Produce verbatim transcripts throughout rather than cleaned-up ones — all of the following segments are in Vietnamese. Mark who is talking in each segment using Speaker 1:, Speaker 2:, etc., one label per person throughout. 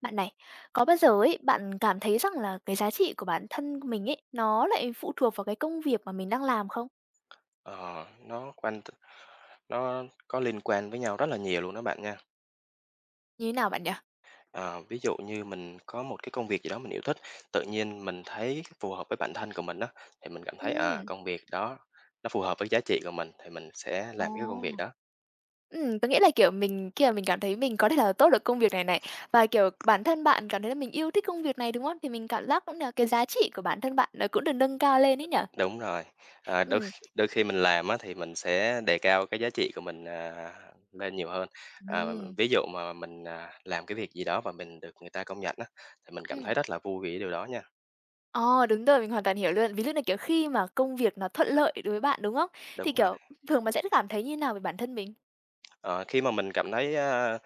Speaker 1: Bạn này, có bao giờ ấy bạn cảm thấy rằng là cái giá trị của bản thân mình ấy, nó lại phụ thuộc vào cái công việc mà mình đang làm không?
Speaker 2: Ờ, nó quanh nó có liên quan với nhau rất là nhiều luôn đó bạn nha.
Speaker 1: Như thế nào bạn nhỉ?
Speaker 2: Ờ, ví dụ như mình có một cái công việc gì đó mình yêu thích, tự nhiên mình thấy phù hợp với bản thân của mình đó thì mình cảm thấy, à,
Speaker 1: Ừm.
Speaker 2: công việc đó nó phù hợp với giá trị của mình thì mình sẽ
Speaker 1: Ồ.
Speaker 2: làm cái công việc đó.
Speaker 1: Ừm, có nghĩa là, kiểu, mình khi mà mình cảm thấy mình có thể làm tốt được công việc này này, và, kiểu, bản thân bạn cảm thấy là mình yêu thích công việc này, đúng không? Thì mình cảm giác cũng là cái giá trị của bản thân bạn nó cũng được nâng cao lên ấy nhỉ?
Speaker 2: Đúng rồi, ờ, đôi kh
Speaker 1: Ừm.
Speaker 2: đôi khi mình làm á thì mình sẽ đề cao cái giá trị của mình, à, lên nhiều hơn. Ờ,
Speaker 1: Ừm.
Speaker 2: ví dụ mà mình, à, làm cái việc gì đó và mình được người ta công nhận á, thì mình cảm thấy
Speaker 1: Ừm.
Speaker 2: rất là vui vì cái điều đó nha.
Speaker 1: Ờ, đúng rồi, mình hoàn toàn hiểu luôn. Ví dụ như, kiểu, khi mà công việc nó thuận lợi đối với bạn, đúng không?
Speaker 2: Đúng
Speaker 1: Thì,
Speaker 2: rồi,
Speaker 1: kiểu, thường bạn sẽ cảm thấy như nào về bản thân mình?
Speaker 2: ờ, khi mà mình cảm thấy, a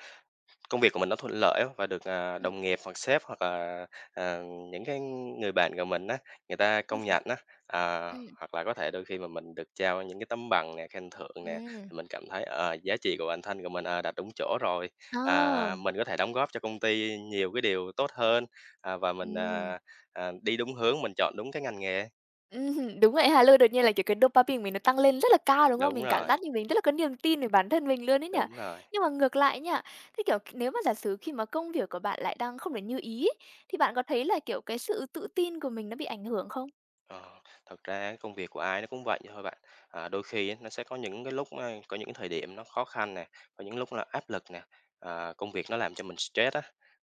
Speaker 2: công việc của mình nó thuận lợi á và được, à,
Speaker 1: Ừm.
Speaker 2: đồng nghiệp hoặc sếp hoặc là, à, những cái người bạn của mình á, người ta công
Speaker 1: Ừm.
Speaker 2: nhận á. À,
Speaker 1: Ừm.
Speaker 2: hoặc là có thể đôi khi mà mình được trao những cái tấm bằng nè, khen thưởng nè,
Speaker 1: Ừm.
Speaker 2: thì mình cảm thấy, ờ, giá trị của bản thân của mình, ờ, đặt đúng chỗ rồi.
Speaker 1: Ờ.
Speaker 2: À, mình có thể đóng góp cho công ty nhiều cái điều tốt hơn, à, và mình,
Speaker 1: Ừm.
Speaker 2: à, à, đi đúng hướng, mình chọn đúng cái ngành nghề.
Speaker 1: Ừm, đúng vậy ha, luôn đột nhiên là, kiểu, cái dopamine của mình nó tăng lên rất là cao, đúng không?
Speaker 2: Đúng
Speaker 1: Mình cảm
Speaker 2: rồi,
Speaker 1: giác như mình rất là có niềm tin về bản thân mình luôn ấy nhỉ.
Speaker 2: đúng rồi.
Speaker 1: Nhưng mà ngược lại nha, thế, kiểu, nếu mà giả sử khi mà công việc của bạn lại đang không được như ý ấy, thì bạn có thấy là, kiểu, cái sự tự tin của mình nó bị ảnh hưởng không?
Speaker 2: Ờ, thật ra á công việc của ai nó cũng vậy thôi bạn. À, đôi khi á, nó sẽ có những cái lúc á, có những thời điểm nó khó khăn nè, có những lúc là áp lực nè, à, công việc nó làm cho mình stress á,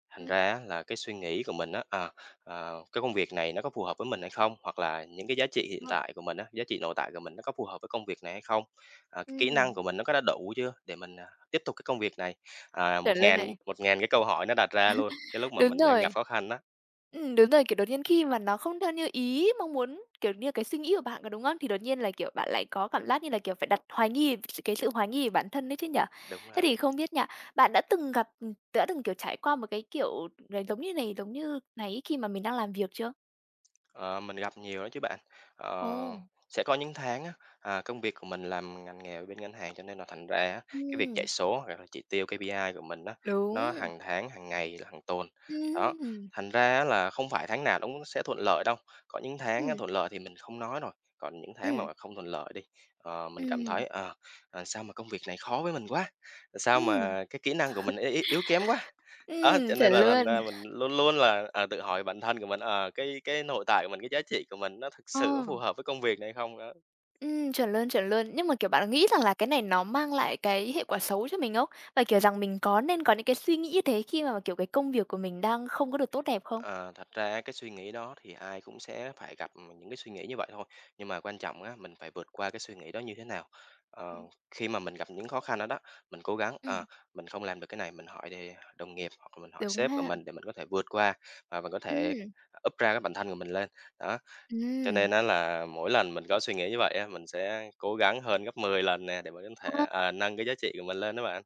Speaker 2: thành
Speaker 1: Ừm,
Speaker 2: ra á, là cái suy nghĩ của mình á, à, à, cái công việc này nó có phù hợp với mình hay không? Hoặc là những cái giá trị hiện
Speaker 1: đúng rồi.
Speaker 2: tại của mình á, giá trị nội tại của mình nó có phù hợp với công việc này hay không? À, cái kỹ năng
Speaker 1: Ừm.
Speaker 2: của mình nó có đã đủ chưa để mình à, tiếp tục cái công việc này? À, một
Speaker 1: Chuẩn luôn
Speaker 2: ngàn
Speaker 1: này.
Speaker 2: một ngàn cái câu hỏi nó đặt ra luôn, cái lúc mà
Speaker 1: Đúng
Speaker 2: mình đang gặp
Speaker 1: rồi.
Speaker 2: khó khăn đó,
Speaker 1: Ừm, đúng rồi, kiểu, đột nhiên khi mà nó không theo như ý mong muốn, kiểu như, cái suy nghĩ của bạn, có đúng không? Thì đột nhiên là, kiểu, bạn lại có cảm giác như là, kiểu, phải đặt hoài nghi s cái sự hoài nghi về bản thân đấy chứ nhở.
Speaker 2: đúng
Speaker 1: Thế
Speaker 2: là
Speaker 1: thì không biết nha, bạn đã từng gặp đã từng, kiểu, trải qua một cái kiểu này giống như này, giống như này khi mà mình đang làm việc chưa?
Speaker 2: ờ, mình gặp nhiều đó chứ bạn. Ờ,
Speaker 1: Ồ,
Speaker 2: sẽ có những tháng á, à, công việc của mình làm ngành nghề ở bên ngân hàng cho nên là thành ra á, cái việc chạy
Speaker 1: ừm,
Speaker 2: số hoặc là chỉ tiêu ca pê i của mình á, nó
Speaker 1: đúng,
Speaker 2: hàng tháng, hàng ngày, là hàng tuần. Đó,
Speaker 1: ừm, ừm,
Speaker 2: thành ra á là không phải tháng nào nó cũng sẽ thuận lợi đâu. Có những tháng á,
Speaker 1: ừm,
Speaker 2: thuận lợi thì mình không nói rồi, còn những tháng mà không thuận lợi đi, ờ, mình cảm
Speaker 1: ừm,
Speaker 2: thấy ờ, à, sao mà công việc này khó với mình quá, sao
Speaker 1: ừm,
Speaker 2: mà cái kỹ năng của mình y- y- yếu kém quá. Đó,
Speaker 1: ừm,
Speaker 2: cho nên
Speaker 1: chuẩn
Speaker 2: là thành
Speaker 1: luôn.
Speaker 2: ra mình luôn luôn là, à, tự hỏi bản thân của mình, ờ, cái cái nội tại của mình, cái giá trị của mình nó thực sự
Speaker 1: Ờ.
Speaker 2: phù hợp với công việc này không đó.
Speaker 1: Ừm, chuẩn luôn, chuẩn luôn. Nhưng mà, kiểu, bạn nghĩ rằng là cái này nó mang lại cái hệ quả xấu cho mình không? Và, kiểu, rằng mình có nên có những cái suy nghĩ như thế khi mà, kiểu, cái công việc của mình đang không có được tốt đẹp không?
Speaker 2: Ờ, thật ra cái suy nghĩ đó thì ai cũng sẽ phải gặp, những cái suy nghĩ như vậy thôi, nhưng mà quan trọng á, mình phải vượt qua cái suy nghĩ đó như thế nào. Ờ,
Speaker 1: Ừm.
Speaker 2: khi mà mình gặp những khó khăn đó đó, mình cố gắng, ờ,
Speaker 1: Ừm,
Speaker 2: mình không làm được cái này, mình hỏi đề đồng nghiệp hoặc là mình hỏi
Speaker 1: đúng
Speaker 2: sếp của
Speaker 1: ha.
Speaker 2: mình để mình có thể vượt qua và mình có thể
Speaker 1: Ừm,
Speaker 2: up ra cái bản thân của mình lên, đó. Cho
Speaker 1: ừm.
Speaker 2: nên á là mỗi lần mình có suy nghĩ như vậy á, mình sẽ cố gắng hơn gấp mười lần nè để mình có thể,
Speaker 1: A,
Speaker 2: à, nâng cái giá trị của mình lên đó bạn.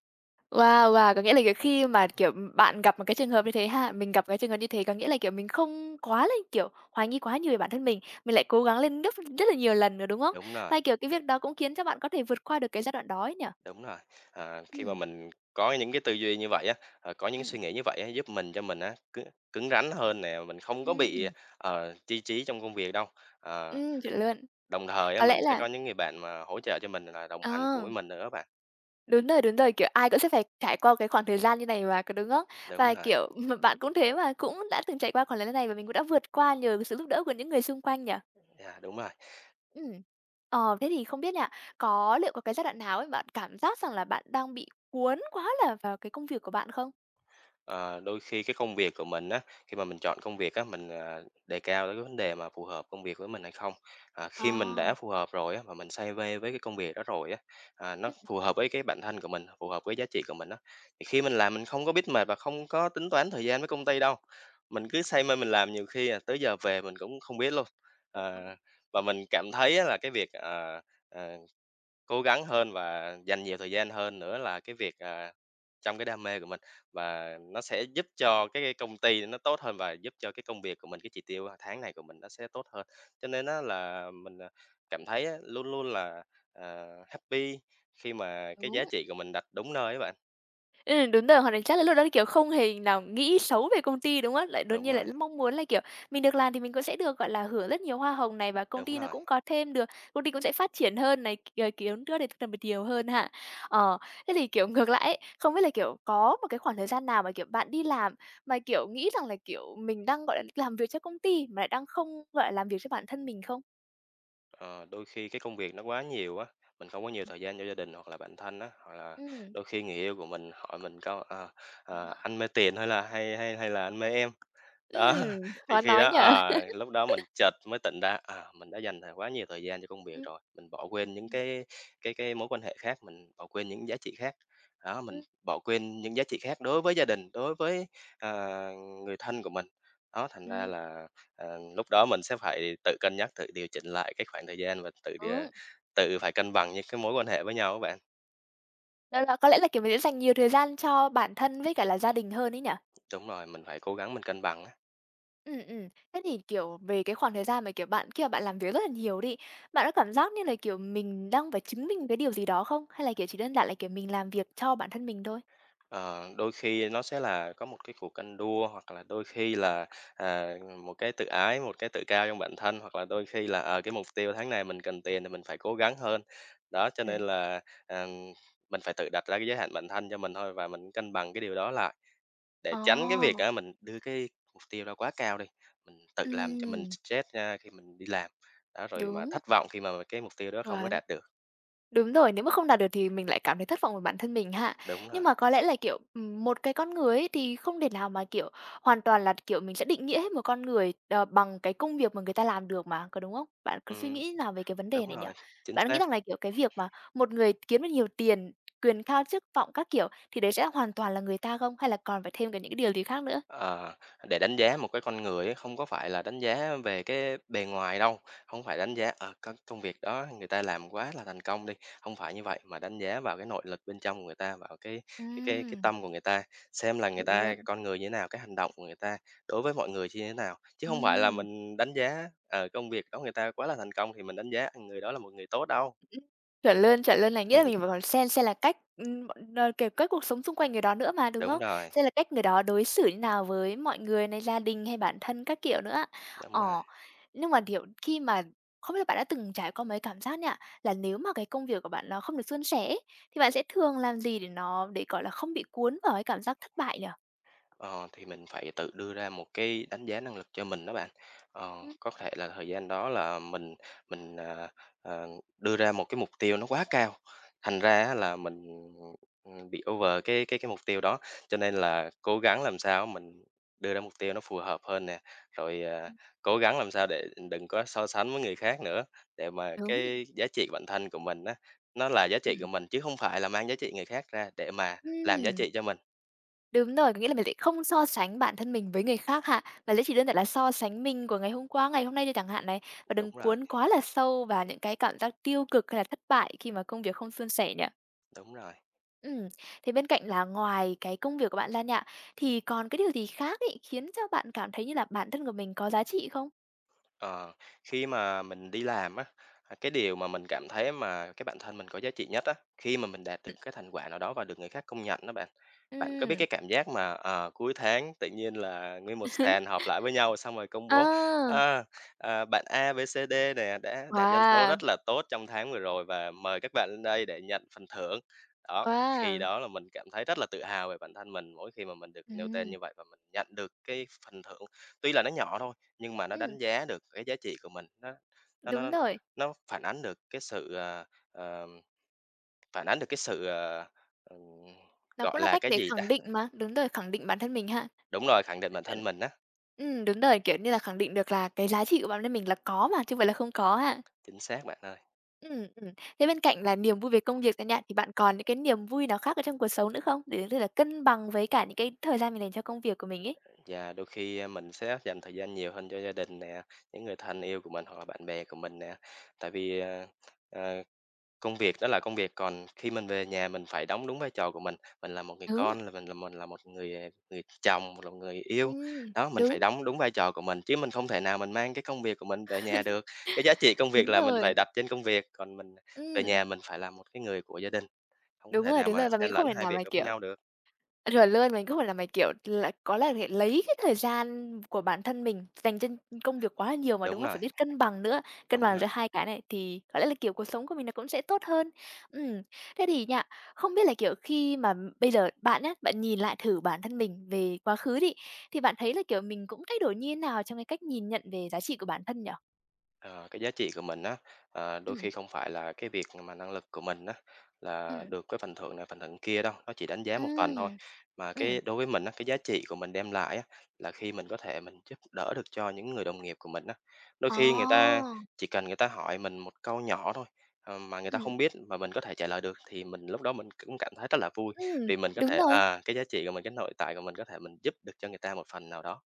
Speaker 1: wow, wow, có nghĩa là, kiểu, khi mà, kiểu, bạn gặp một cái trường hợp như thế ha, mình gặp cái trường hợp như thế có nghĩa là, kiểu, mình không quá là, kiểu, hoài nghi quá nhiều về bản thân mình, mình lại cố gắng lên gấp rất là nhiều lần rồi, đúng không?
Speaker 2: Đúng rồi,
Speaker 1: Và, kiểu, cái việc đó cũng khiến cho bạn có thể vượt qua được cái giai đoạn đó ấy nhỉ?
Speaker 2: đúng rồi. À, khi mà
Speaker 1: Ừm,
Speaker 2: mình có những cái tư duy như vậy á, ờ, có những
Speaker 1: ừm,
Speaker 2: suy nghĩ như vậy á, giúp mình cho mình á cứng cứng rắn hơn nè, mình không có bị,
Speaker 1: ừm,
Speaker 2: ờ, chi trí trong công việc đâu. Ờ,
Speaker 1: ừm, chuẩn luôn.
Speaker 2: đồng thời á,
Speaker 1: Có lẽ
Speaker 2: mình sẽ có
Speaker 1: là.
Speaker 2: những người bạn mà hỗ trợ cho mình là đồng hành cùng
Speaker 1: Ờ,
Speaker 2: với mình nữa á bạn.
Speaker 1: đúng rồi, đúng rồi, kiểu, ai cũng sẽ phải trải qua cái khoảng thời gian như này mà, có đúng không?
Speaker 2: Đúng
Speaker 1: Và,
Speaker 2: rồi,
Speaker 1: kiểu, ừm, bạn cũng thế mà, cũng đã từng trải qua khoảng thời gian này và mình cũng đã vượt qua nhờ sự giúp đỡ của những người xung quanh nhỉ?
Speaker 2: yeah, đúng rồi.
Speaker 1: Ừm. Ờ, thế thì không biết nha, có liệu có cái giai đoạn nào ấy bạn cảm giác rằng là bạn đang bị cuốn quá là vào cái công việc của bạn không?
Speaker 2: Ờ, đôi khi cái công việc của mình á, khi mà mình chọn công việc á, mình, à, đề cao tới cái vấn đề mà phù hợp công việc với mình hay không. À,
Speaker 1: Ờ,
Speaker 2: khi mình đã phù hợp rồi á, mà mình say mê với cái công việc đó rồi á, à, nó
Speaker 1: ừm.
Speaker 2: phù hợp với cái bản thân của mình, phù hợp với giá trị của mình á, thì khi mình làm mình không có biết mệt và không có tính toán thời gian với công ty đâu. Mình cứ say mê mình làm nhiều khi, à, tới giờ về mình cũng không biết luôn. Ờ, và mình cảm thấy á là cái việc, ờ, ờ, cố gắng hơn và dành nhiều thời gian hơn nữa là cái việc, à, trong cái đam mê của mình, và nó sẽ giúp cho cái cái công ty nó tốt hơn và giúp cho cái công việc của mình, cái chỉ tiêu tháng này của mình nó sẽ tốt hơn. Cho nên á là mình, à, cảm thấy á, luôn luôn là, ờ, happy khi mà cái giá
Speaker 1: Đúng.
Speaker 2: trị của mình đặt đúng nơi ấy bạn.
Speaker 1: Ừm, đúng rồi, hoặc là chắc là lúc đó là, kiểu, không hề nào nghĩ xấu về công ty, đúng không? Lại đột
Speaker 2: Đúng
Speaker 1: nhiên lại
Speaker 2: rồi,
Speaker 1: mong muốn là, kiểu, mình được làm thì mình cũng sẽ được, gọi là, hưởng rất nhiều hoa hồng này và công
Speaker 2: đúng
Speaker 1: ty nó
Speaker 2: rồi.
Speaker 1: cũng có thêm được, công ty cũng sẽ phát triển hơn này, ờ, kiếm được được được nhiều hơn ha. Ờ, thế thì, kiểu, ngược lại ấy, không biết là, kiểu, có một cái khoảng thời gian nào mà, kiểu, bạn đi làm mà, kiểu, nghĩ rằng là, kiểu, mình đang, gọi là, làm việc cho công ty mà lại đang không, gọi là, làm việc cho bản thân mình không?
Speaker 2: Ờ, đôi khi cái công việc nó quá nhiều á, mình không có nhiều thời gian cho gia đình hoặc là bản thân á, hoặc là
Speaker 1: Ừm.
Speaker 2: đôi khi người yêu của mình hỏi mình câu, ờ, ờ, "Anh mê tiền hay là hay hay hay là anh mê em?" Đó,
Speaker 1: Ừm,
Speaker 2: thì
Speaker 1: khó
Speaker 2: khi
Speaker 1: nói
Speaker 2: đó
Speaker 1: nhở?
Speaker 2: à lúc đó mình chợt mới tỉnh ra, à, mình đã dành thời quá nhiều thời gian cho công việc
Speaker 1: Ừm,
Speaker 2: rồi, mình bỏ quên những
Speaker 1: ừm,
Speaker 2: cái cái cái mối quan hệ khác, mình bỏ quên những giá trị khác. Đó, mình
Speaker 1: ừm,
Speaker 2: bỏ quên những giá trị khác đối với gia đình, đối với, ờ, người thân của mình. Đó, thành ra
Speaker 1: ừm.
Speaker 2: là, ờ, lúc đó mình sẽ phải tự cân nhắc, tự điều chỉnh lại cái khoảng thời gian và tự, ờ, tự phải cân bằng những cái mối quan hệ với nhau các bạn.
Speaker 1: Đó là có lẽ là, kiểu, mình sẽ dành nhiều thời gian cho bản thân với cả là gia đình hơn ấy nhỉ?
Speaker 2: Đúng rồi, mình phải cố gắng mình cân bằng á.
Speaker 1: Ừm, ừm. Thế thì, kiểu, về cái khoảng thời gian mà, kiểu, bạn khi mà bạn làm việc rất là nhiều đi, bạn có cảm giác như là, kiểu, mình đang phải chứng minh cái điều gì đó không? Hay là, kiểu, chỉ đơn giản là, kiểu, mình làm việc cho bản thân mình thôi?
Speaker 2: Ờ, đôi khi nó sẽ là có một cái cuộc ganh đua hoặc là đôi khi là, à, một cái tự ái, một cái tự cao trong bản thân, hoặc là đôi khi là, ờ, cái mục tiêu tháng này mình cần tiền thì mình phải cố gắng hơn. Đó, cho nên
Speaker 1: Ừm.
Speaker 2: là, à, mình phải tự đặt ra cái giới hạn bản thân cho mình thôi và mình cân bằng cái điều đó lại để tránh cái việc
Speaker 1: Ồ!
Speaker 2: á mình đưa cái mục tiêu ra quá cao đi, mình tự làm cho mình
Speaker 1: Ừm,
Speaker 2: stress ra khi mình đi làm. Đó, rồi mà
Speaker 1: đúng,
Speaker 2: thất vọng khi mà cái mục tiêu đó không có
Speaker 1: chuẩn.
Speaker 2: đạt được.
Speaker 1: Đúng rồi, nếu mà không đạt được thì mình lại cảm thấy thất vọng về bản thân mình ha.
Speaker 2: Đúng
Speaker 1: Nhưng
Speaker 2: rồi,
Speaker 1: mà có lẽ là, kiểu, ừm, một cái con người ấy thì không thể nào mà, kiểu, hoàn toàn là, kiểu, mình sẽ định nghĩa hết một con người, ờ, bằng cái công việc mà người ta làm được mà, có đúng không? Bạn có suy
Speaker 2: ừm,
Speaker 1: nghĩ nào về cái vấn đề
Speaker 2: đúng
Speaker 1: này nhỉ?
Speaker 2: rồi, chính
Speaker 1: Bạn nghĩ
Speaker 2: xác.
Speaker 1: rằng là, kiểu, cái việc mà một người kiếm được nhiều tiền, quyền cao chức vọng các kiểu thì đấy sẽ hoàn toàn là người ta không? Hay là còn phải thêm cả những cái điều gì khác nữa?
Speaker 2: Ờ, để đánh giá một cái con người ấy, không có phải là đánh giá về cái bề ngoài đâu, không phải đánh giá, ở có công việc đó người ta làm quá là thành công đi, không phải như vậy, mà đánh giá vào cái nội lực bên trong của người ta, vào cái cái cái cái
Speaker 1: Ừm,
Speaker 2: tâm của người ta, xem là người
Speaker 1: chuẩn
Speaker 2: ta
Speaker 1: luôn.
Speaker 2: con người như thế nào, cái hành động của người ta đối với mọi người như thế nào. Chứ không phải là
Speaker 1: Ừm.
Speaker 2: mình đánh giá, ờ, công việc đó người ta quá là thành công thì mình đánh giá người đó là một người tốt đâu.
Speaker 1: Ừm, chuẩn luôn, chuẩn luôn, là nghĩa là mình bảo bảo xem xem là cách, ừm, bọn ờ, kiểu, cách cuộc sống xung quanh người đó nữa mà, đúng
Speaker 2: Đúng
Speaker 1: không?
Speaker 2: rồi,
Speaker 1: Xem là cách người đó đối xử như nào với mọi người này, gia đình hay bản thân các kiểu nữa.
Speaker 2: đúng rồi.
Speaker 1: Ờ, nhưng mà, kiểu, khi mà không biết là bạn đã từng trải qua mấy cảm giác nha, là nếu mà cái công việc của bạn nó không được suôn sẻ ấy, thì bạn sẽ thường làm gì để nó để, gọi là, không bị cuốn vào cái cảm giác thất bại nhỉ?
Speaker 2: Ờ, thì mình phải tự đưa ra một cái đánh giá năng lực cho mình đó bạn. Ờ,
Speaker 1: Ừm.
Speaker 2: có thể là thời gian đó là mình mình, à, à, đưa ra một cái mục tiêu nó quá cao, thành ra á là mình, ừm, bị over cái cái cái mục tiêu đó, cho nên là cố gắng làm sao mình đưa ra mục tiêu nó phù hợp hơn nè, rồi, à, cố gắng làm sao để đừng có so sánh với người khác nữa, để mà
Speaker 1: Đúng,
Speaker 2: cái giá trị bản thân của mình á, nó là giá trị
Speaker 1: ừm,
Speaker 2: của mình chứ không phải là mang giá trị người khác ra để mà làm giá
Speaker 1: ừm.
Speaker 2: trị cho mình.
Speaker 1: Đúng rồi, có nghĩa là mình sẽ không so sánh bản thân mình với người khác ha. Mà sẽ chỉ đơn giản là so sánh mình của ngày hôm qua, ngày hôm nay thôi chẳng hạn này. Và
Speaker 2: Đúng
Speaker 1: đừng
Speaker 2: rồi,
Speaker 1: cuốn quá là sâu vào những cái cảm giác tiêu cực hay là thất bại khi mà công việc không suôn sẻ nhỉ.
Speaker 2: đúng rồi.
Speaker 1: Ừm, thế bên cạnh là ngoài cái công việc của bạn ra nha, thì còn cái điều gì khác ấy khiến cho bạn cảm thấy như là bản thân của mình có giá trị không?
Speaker 2: Ờ, khi mà mình đi làm á, à, cái điều mà mình cảm thấy mà cái bản thân mình có giá trị nhất á, khi mà mình đạt được
Speaker 1: Ừm.
Speaker 2: cái thành quả nào đó và được người khác công nhận đó bạn. Bạn có biết
Speaker 1: Ừm.
Speaker 2: cái cảm giác mà, ờ, cuối tháng tự nhiên là nguyên một sàn họp lại với nhau xong rồi công bố,
Speaker 1: À,
Speaker 2: a, à, "Bạn a bê xê đê nè đã đạt doanh số
Speaker 1: wow,
Speaker 2: rất là tốt trong tháng vừa rồi và mời các bạn lên đây để nhận phần thưởng." Đó, khi
Speaker 1: wow.
Speaker 2: đó là mình cảm thấy rất là tự hào về bản thân mình mỗi khi mà mình được nêu tên
Speaker 1: Ừm,
Speaker 2: như vậy và mình nhận được cái phần thưởng, tuy là nó nhỏ thôi nhưng mà nó
Speaker 1: ừm,
Speaker 2: đánh giá được cái giá trị của mình, nó nó
Speaker 1: đúng
Speaker 2: nó
Speaker 1: rồi.
Speaker 2: nó phản ánh được cái sự, ờ, ờ, phản ánh được cái sự, ờ, ừm,
Speaker 1: Nó cũng
Speaker 2: gọi
Speaker 1: là
Speaker 2: là
Speaker 1: cách
Speaker 2: cái
Speaker 1: để
Speaker 2: gì ta?
Speaker 1: khẳng định mà, đúng rồi, khẳng định bản thân mình ha.
Speaker 2: Đúng rồi, khẳng định bản
Speaker 1: Ừm.
Speaker 2: thân mình á,
Speaker 1: Ừm, đúng rồi, kiểu như là, khẳng định được là cái giá trị của bản thân mình là có mà, chứ không phải là không có ha.
Speaker 2: chính xác bạn ơi.
Speaker 1: Ừm, ừm. Thế bên cạnh là niềm vui về công việc này nha, thì bạn còn những cái niềm vui nào khác ở trong cuộc sống nữa không? Để có thể là cân bằng với cả những cái thời gian mình dành cho công việc của mình ấy.
Speaker 2: Và đôi khi, a, mình sẽ dành thời gian nhiều hơn cho gia đình nè, những người thân yêu của mình hoặc là bạn bè của mình nè. Tại vì, ờ, ờ Công việc đó là công việc, còn khi mình về nhà mình phải đóng đúng vai trò của mình. Mình là một người
Speaker 1: Đúng,
Speaker 2: con, là mình là mình là một người, à, người chồng, một là người yêu.
Speaker 1: ừm,
Speaker 2: Đó, mình phải
Speaker 1: đúng,
Speaker 2: đóng đúng vai trò của mình, chứ mình không thể nào mình mang cái công việc của mình về nhà được. Cái giá trị công việc
Speaker 1: đúng
Speaker 2: là mình
Speaker 1: rồi.
Speaker 2: phải đặt trên công việc, còn mình về
Speaker 1: Ừm,
Speaker 2: nhà mình phải là một cái người của gia đình, không có
Speaker 1: đúng
Speaker 2: thể
Speaker 1: rồi,
Speaker 2: nào
Speaker 1: đúng
Speaker 2: mà
Speaker 1: rồi, và mình
Speaker 2: xen
Speaker 1: cũng không
Speaker 2: lẫn
Speaker 1: thể
Speaker 2: hai
Speaker 1: nào
Speaker 2: việc
Speaker 1: mà,
Speaker 2: đó với
Speaker 1: kiểu.
Speaker 2: nhau được.
Speaker 1: Chuẩn luôn, mình cứ phải là mày, kiểu, là có là phải lấy cái thời gian của bản thân mình dành cho công việc quá là nhiều mà, đúng
Speaker 2: Đúng
Speaker 1: không?
Speaker 2: rồi,
Speaker 1: Phải biết cân bằng nữa, cân
Speaker 2: đúng
Speaker 1: bằng
Speaker 2: rồi.
Speaker 1: giữa hai cái này thì có lẽ là, kiểu, cuộc sống của mình nó cũng sẽ tốt hơn. Ừm, thế thì nha, không biết là, kiểu, khi mà bây giờ bạn á, bạn nhìn lại thử bản thân mình về quá khứ đi, thì bạn thấy là, kiểu, mình cũng thay đổi như thế nào trong cái cách nhìn nhận về giá trị của bản thân nhở?
Speaker 2: Ờ, cái giá trị của mình á, ờ, đôi
Speaker 1: Ừm,
Speaker 2: khi không phải là cái việc mà năng lực của mình á, là
Speaker 1: ừm,
Speaker 2: được cái phần thưởng này phần thưởng kia đâu, nó chỉ đánh giá một phần thôi.
Speaker 1: ừm,
Speaker 2: Mà
Speaker 1: ừm.
Speaker 2: cái đối với mình á, cái giá trị của mình đem lại á, là khi mình có thể mình giúp đỡ được cho những người đồng nghiệp của mình á. Đôi khi người
Speaker 1: Ồ!
Speaker 2: ta chỉ cần người ta hỏi mình một câu nhỏ thôi, ờ, mà người ta
Speaker 1: Ừm,
Speaker 2: không biết mà mình có thể trả lời được thì mình lúc đó mình cũng cảm thấy rất là vui,
Speaker 1: ừm,
Speaker 2: vì mình có
Speaker 1: đúng
Speaker 2: thể
Speaker 1: rồi,
Speaker 2: à, cái giá trị của mình, cái nội tại của mình có thể mình giúp được cho người ta một phần nào đó.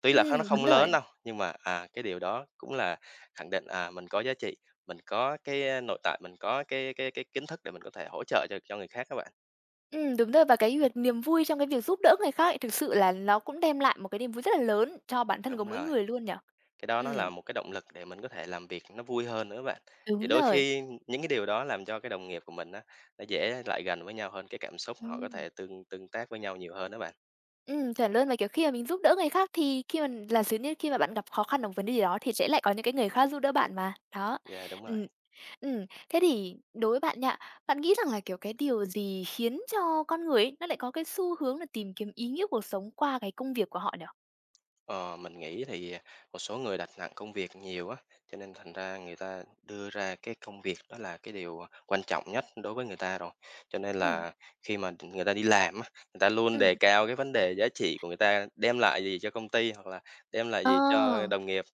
Speaker 2: Tuy là kh nó
Speaker 1: ừm, đúng
Speaker 2: không
Speaker 1: rồi.
Speaker 2: lớn đâu, nhưng mà, à, cái điều đó cũng là khẳng định, à, mình có giá trị, mình có cái, a, nội tại, mình có cái cái cái kiến thức để mình có thể hỗ trợ cho cho người khác các bạn.
Speaker 1: Ừ đúng rồi, và cái việc niềm vui trong cái việc giúp đỡ người khác ấy, thực sự là nó cũng đem lại một cái niềm vui rất là lớn cho bản thân của
Speaker 2: Đúng
Speaker 1: mỗi
Speaker 2: rồi,
Speaker 1: người luôn nhở.
Speaker 2: cái đó nó
Speaker 1: Ừ.
Speaker 2: là một cái động lực để mình có thể làm việc nó vui hơn nữa các bạn. Thì
Speaker 1: Đúng
Speaker 2: đôi
Speaker 1: rồi.
Speaker 2: khi những cái điều đó làm cho cái đồng nghiệp của mình á, nó dễ lại gần với nhau hơn, cái cảm xúc họ có
Speaker 1: Ừ.
Speaker 2: thể tương tương tác với nhau nhiều hơn đó bạn.
Speaker 1: Ừ, chuẩn luôn. Và, kiểu, khi mà mình giúp đỡ người khác thì khi mà là sử như khi mà bạn gặp khó khăn ở một vấn đề gì đó thì sẽ lại có những cái người khác giúp đỡ bạn mà. Đó.
Speaker 2: Dạ đúng rồi.
Speaker 1: Ừ. Ừm. Thế thì đối với bạn nhạ, bạn nghĩ rằng là, kiểu, cái điều gì khiến cho con người ấy, nó lại có cái xu hướng là tìm kiếm ý nghĩa cuộc sống qua cái công việc của họ nhở?
Speaker 2: Ờ, mình nghĩ thì một số người đặt nặng công việc nhiều á, cho nên thành ra người ta đưa ra cái công việc đó là cái điều quan trọng nhất đối với người ta rồi. Cho nên
Speaker 1: Ừ.
Speaker 2: là khi mà người ta đi làm á, người ta luôn
Speaker 1: Ừ.
Speaker 2: đề cao cái vấn đề giá trị của người ta đem lại gì cho công ty hoặc là đem lại gì cho
Speaker 1: Ờ.
Speaker 2: đồng nghiệp.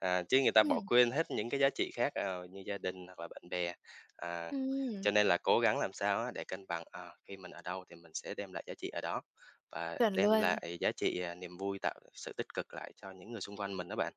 Speaker 2: À, chứ người ta bỏ
Speaker 1: Ừ.
Speaker 2: quên hết những cái giá trị khác ờ, như gia đình hoặc là bạn bè. À,
Speaker 1: Ừm,
Speaker 2: cho nên là cố gắng làm sao á, để cân bằng ờ, khi mình ở đâu thì mình sẽ đem lại giá trị ở đó. Và
Speaker 1: chuẩn
Speaker 2: đem
Speaker 1: luôn.
Speaker 2: lại giá trị, à, niềm vui, tạo sự tích cực lại cho những người xung quanh mình đó bạn.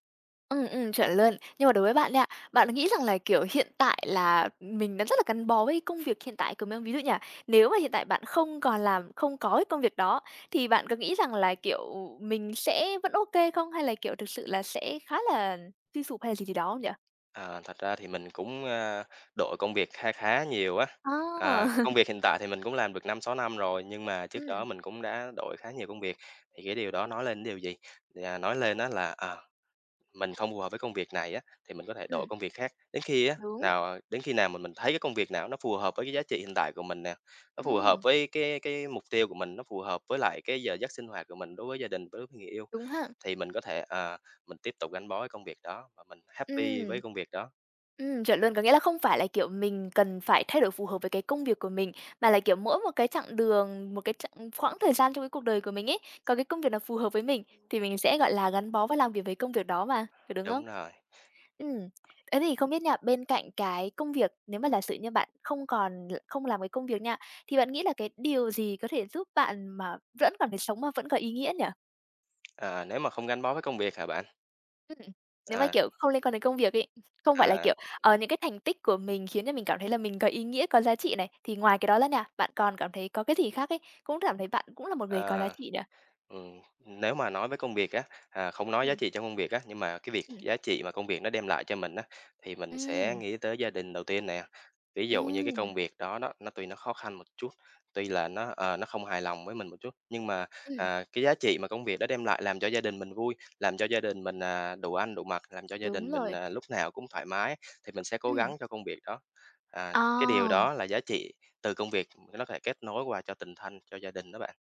Speaker 1: Ừ, ừm, chuẩn luôn. Nhưng mà đối với bạn đấy ạ, bạn nghĩ rằng là, kiểu, hiện tại là mình đã rất là gắn bó với công việc hiện tại của mình. Ví dụ nhỉ. Nếu mà hiện tại bạn không còn làm không có cái công việc đó, thì bạn có nghĩ rằng là, kiểu, mình sẽ vẫn ok không? Hay là, kiểu, thực sự là sẽ khá là suy sụp hay là gì gì đó không nhỉ?
Speaker 2: Ờ, Thật ra thì mình cũng, a, đổi công việc kha khá nhiều á.
Speaker 1: À,
Speaker 2: À, công việc hiện tại thì mình cũng làm được năm sáu năm rồi, nhưng mà trước
Speaker 1: ừm,
Speaker 2: đó mình cũng đã đổi khá nhiều công việc, thì cái điều đó nói lên điều gì? Thì, à, nói lên đó là, à, mình không phù hợp với công việc này á, thì mình có thể đổi
Speaker 1: ừm,
Speaker 2: công việc khác, đến khi á
Speaker 1: đúng,
Speaker 2: nào đến khi nào mà mình thấy cái công việc nào nó phù hợp với cái giá trị hiện tại của mình nè, nó phù hợp
Speaker 1: ừm,
Speaker 2: với cái cái mục tiêu của mình, nó phù hợp với lại cái giờ giấc sinh hoạt của mình đối với gia đình, đối với người yêu.
Speaker 1: đúng ha.
Speaker 2: Thì mình có thể, ờ, mình tiếp tục gắn bó với công việc đó và mình happy
Speaker 1: Ừm.
Speaker 2: với công việc đó.
Speaker 1: Ừm, chuẩn luôn, có nghĩa là không phải là, kiểu, mình cần phải thay đổi phù hợp với cái công việc của mình, mà là, kiểu, mỗi một cái chặng đường, một cái chặng khoảng thời gian trong cái cuộc đời của mình ấy, có cái công việc nào phù hợp với mình thì mình sẽ, gọi là, gắn bó và làm việc với công việc đó mà, có đúng không?
Speaker 2: Đúng rồi,
Speaker 1: Ừm. Thế thì không biết nha, bên cạnh cái công việc, nếu mà giả sử như bạn không còn không làm cái công việc nha, thì bạn nghĩ là cái điều gì có thể giúp bạn mà vẫn cảm thấy sống mà vẫn có ý nghĩa nhỉ?
Speaker 2: ờ, nếu mà không gắn bó với công việc hả bạn?
Speaker 1: Ừm, nếu mà,
Speaker 2: À,
Speaker 1: kiểu, không liên quan đến công việc ấy, không phải là,
Speaker 2: à,
Speaker 1: kiểu, ờ, những cái thành tích của mình khiến cho mình cảm thấy là mình có ý nghĩa, có giá trị này, thì ngoài cái đó ra nha, bạn còn cảm thấy có cái gì khác ấy, cũng cảm thấy bạn cũng là một người có giá
Speaker 2: à.
Speaker 1: trị nữa?
Speaker 2: Ừm, nếu mà nói với công việc á, à, không nói giá
Speaker 1: Ừm.
Speaker 2: trị trong công việc á, nhưng mà cái việc
Speaker 1: Ừm.
Speaker 2: giá trị mà công việc nó đem lại cho mình á, thì mình sẽ
Speaker 1: Ừm,
Speaker 2: nghĩ tới gia đình đầu tiên nè. Ví dụ như cái
Speaker 1: ừm,
Speaker 2: công việc đó đó, nó tuy nó khó khăn một chút, tuy là nó, ờ, nó không hài lòng với mình một chút, nhưng mà,
Speaker 1: ừm,
Speaker 2: à, cái giá trị mà công việc đó đem lại làm cho gia đình mình vui, làm cho gia đình mình, à, đủ ăn đủ mặc, làm cho gia
Speaker 1: đúng
Speaker 2: đình mình,
Speaker 1: rồi,
Speaker 2: à, lúc nào cũng thoải mái thì mình sẽ cố
Speaker 1: ừm.
Speaker 2: gắng cho công việc đó. À,
Speaker 1: Ờ,
Speaker 2: cái điều đó là giá trị từ công việc nó có thể kết nối qua cho tình thân, cho gia đình đó bạn.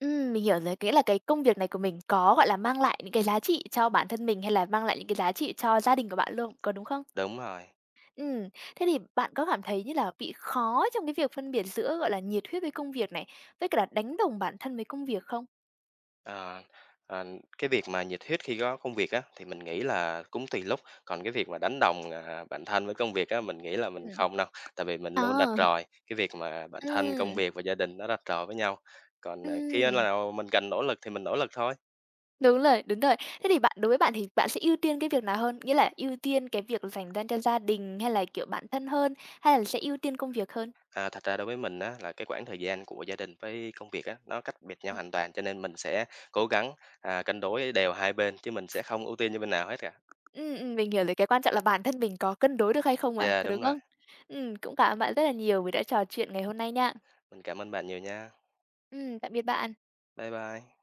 Speaker 1: ừm, mình hiểu rồi, có nghĩa là cái công việc này của mình có, gọi là, mang lại những cái giá trị cho bản thân mình hay là mang lại những cái giá trị cho gia đình của bạn luôn, có đúng không?
Speaker 2: Đúng rồi.
Speaker 1: Ừm, thế thì bạn có cảm thấy như là bị khó trong cái việc phân biệt giữa, gọi là, nhiệt huyết với công việc này, với cả là đánh đồng bản thân với công việc không?
Speaker 2: Ờ, ờ, cái việc mà nhiệt huyết khi có công việc á, thì mình nghĩ là cũng tùy lúc, còn cái việc mà đánh đồng, à, bản thân với công việc á, mình nghĩ là mình
Speaker 1: Ừm.
Speaker 2: không đâu, tại vì mình luôn đặt
Speaker 1: Ờ.
Speaker 2: rồi cái việc mà bản thân, công
Speaker 1: Ừm,
Speaker 2: việc và gia đình nó đặt rồi với nhau. Còn, à, khi
Speaker 1: ừm,
Speaker 2: nào mình cần nỗ lực thì mình nỗ lực thôi.
Speaker 1: đúng rồi, đúng rồi. Thế thì bạn đối với bạn thì bạn sẽ ưu tiên cái việc nào hơn? Nghĩa là ưu tiên cái việc dành ra cho gia đình hay là, kiểu, bản thân hơn, hay là sẽ ưu tiên công việc hơn?
Speaker 2: À, thật ra đối với mình á, là cái khoảng thời gian của gia đình với công việc á, nó cách biệt nhau
Speaker 1: Ừm,
Speaker 2: hoàn toàn, cho nên mình sẽ cố gắng, à, cân đối đều hai bên chứ mình sẽ không ưu tiên cho bên nào hết cả.
Speaker 1: ừm, ừm, mình hiểu rồi, cái quan trọng là bản thân mình có cân đối được hay không mà,
Speaker 2: Dạ
Speaker 1: có
Speaker 2: đúng
Speaker 1: đúng
Speaker 2: rồi.
Speaker 1: không? Ừm, cũng cảm ơn bạn rất là nhiều vì đã trò chuyện ngày hôm nay nha.
Speaker 2: Mình cảm ơn bạn nhiều nha.
Speaker 1: Ừm, tạm biệt bạn.
Speaker 2: Bye bye.